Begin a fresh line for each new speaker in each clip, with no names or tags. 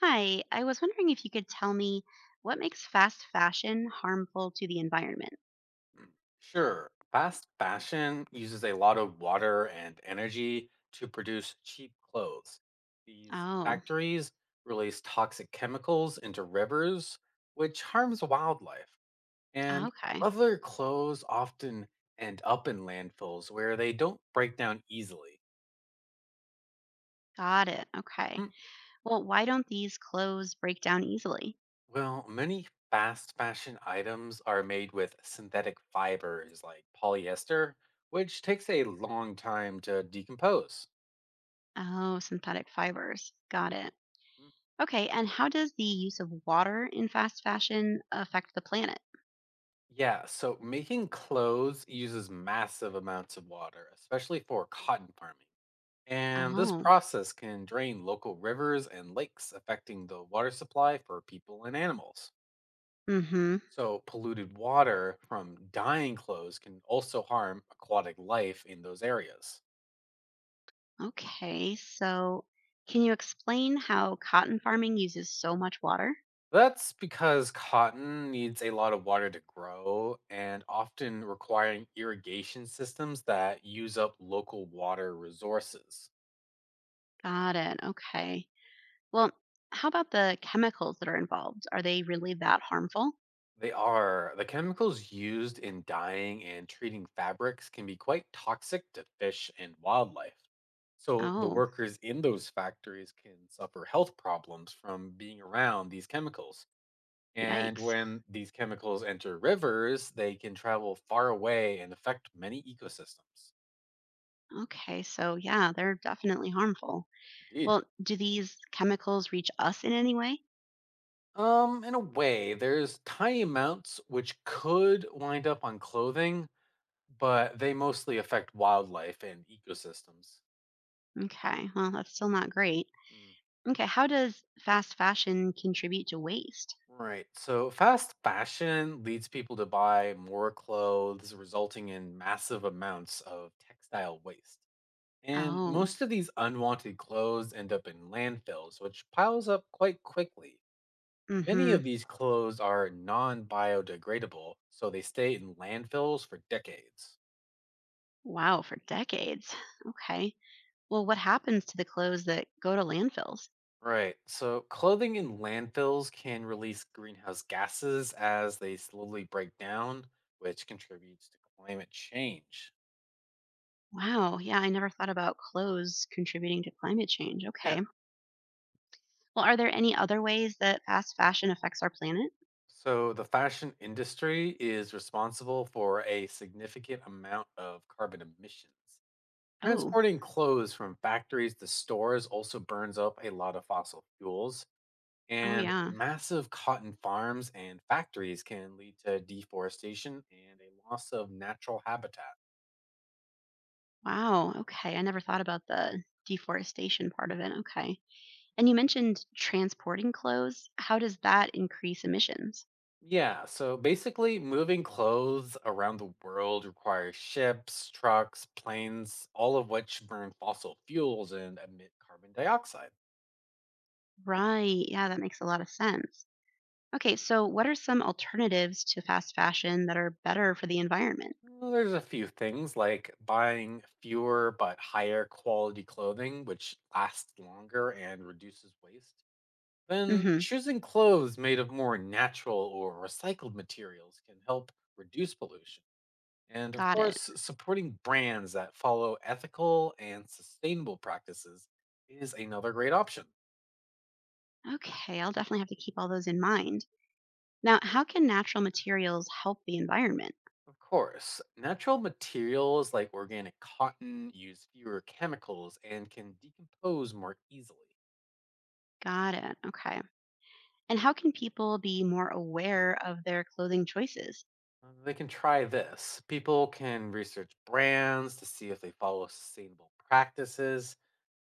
Hi, I was wondering if you could tell me what makes fast fashion harmful to the environment?
Sure. Fast fashion uses a lot of water and energy to produce cheap clothes. These
Oh,
factories release toxic chemicals into rivers, which harms wildlife. And
okay.
other clothes often end up in landfills where they don't break down easily.
Got it. Okay.
Mhm.
Well, why don't these clothes break down easily?
Well, many fast fashion items are made with synthetic fibers like polyester, which takes a long time to decompose.
Oh, synthetic fibers. Got it. Okay. And how does the use of water in fast fashion affect the planet?
Yeah, so making clothes uses massive amounts of water, especially for cotton farming. And this
Oh,
process can drain local rivers and lakes, affecting the water supply for people and animals.
mm-hmm.
So, polluted water from dyeing clothes can also harm aquatic life in those areas.
Okay. So can you explain how cotton farming uses so much water?
That's because cotton needs a lot of water to grow and often requiring irrigation systems that use up local water resources.
Got it. Okay. Well, how about the chemicals that are involved? Are they really that harmful?
They are. The chemicals used in dyeing and treating fabrics can be quite toxic to fish and wildlife. So, the
Oh,
workers in those factories can suffer health problems from being around these chemicals. And
yikes.
when these chemicals enter rivers, they can travel far away and affect many ecosystems.
Okay, so yeah, they're definitely harmful.
Indeed.
Well, do these chemicals reach us in any way?
In a way, there's tiny amounts which could wind up on clothing, but they mostly affect wildlife and ecosystems.
Okay, well, that's still not great.
Hmm.
Okay, how does fast fashion contribute to waste?
Right. So fast fashion leads people to buy more clothes, resulting in massive amounts of textile waste. And
Oh,
most of these unwanted clothes end up in landfills, which piles up quite quickly. Many
mm-hmm.
of these clothes are non biodegradable, so they stay in landfills for decades.
Wow, for decades. Okay. Well, what happens to the clothes that go to landfills?
Right. So clothing in landfills can release greenhouse gases as they slowly break down, which contributes to climate change.
Wow, yeah, I never thought about clothes contributing to climate change.
Yeah.
Okay. Well, are there any other ways that fast fashion affects our planet?
So, the fashion industry is responsible for a significant amount of carbon emissions.
Oh,
Transporting clothes from factories to stores also burns up a lot of fossil fuels,
oh
and
yeah.
massive cotton farms and factories can lead to deforestation and a loss of natural habitat.
Wow. Okay. I never thought about the deforestation part of it. Okay. And you mentioned transporting clothes. How does that increase emissions?
Yeah, so basically, moving clothes around the world requires ships, trucks, planes, all of which burn fossil fuels and emit carbon dioxide.
Right. Yeah, that makes a lot of sense. Okay. So, what are some alternatives to fast fashion that are better for the environment?
Well, there's a few things like buying fewer but higher quality clothing, which lasts longer and reduces waste. Then
Mm-hmm.
choosing clothes made of more natural or recycled materials can help reduce pollution. And of
Got it.
course, supporting brands that follow ethical and sustainable practices is another great option.
Okay. I'll definitely have to keep all those in mind. Now, how can natural materials help the environment?
Of course, natural materials like organic cotton use fewer chemicals and can decompose more easily.
Got it. Okay. And how can people be more aware of their clothing choices?
They can try this. People can research brands to see if they follow sustainable practices.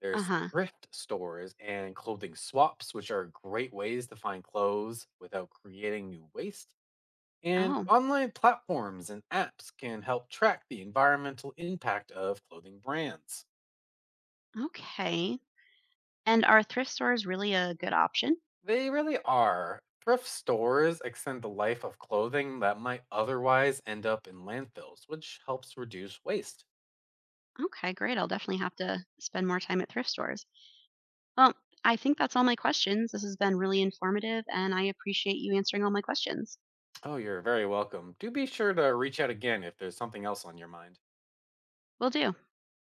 There's
Uh-huh.
thrift stores and clothing swaps, which are great ways to find clothes without creating new waste. And
Oh,
online platforms and apps can help track the environmental impact of clothing brands.
okay. And are thrift stores really a good option?
They really are. Thrift stores extend the life of clothing that might otherwise end up in landfills, which helps reduce waste.
Okay, great. I'll definitely have to spend more time at thrift stores. Well, I think that's all my questions. This has been really informative, and I appreciate you answering all my questions.
Oh, you're very welcome. Do be sure to reach out again if there's something else on your mind.
Will do.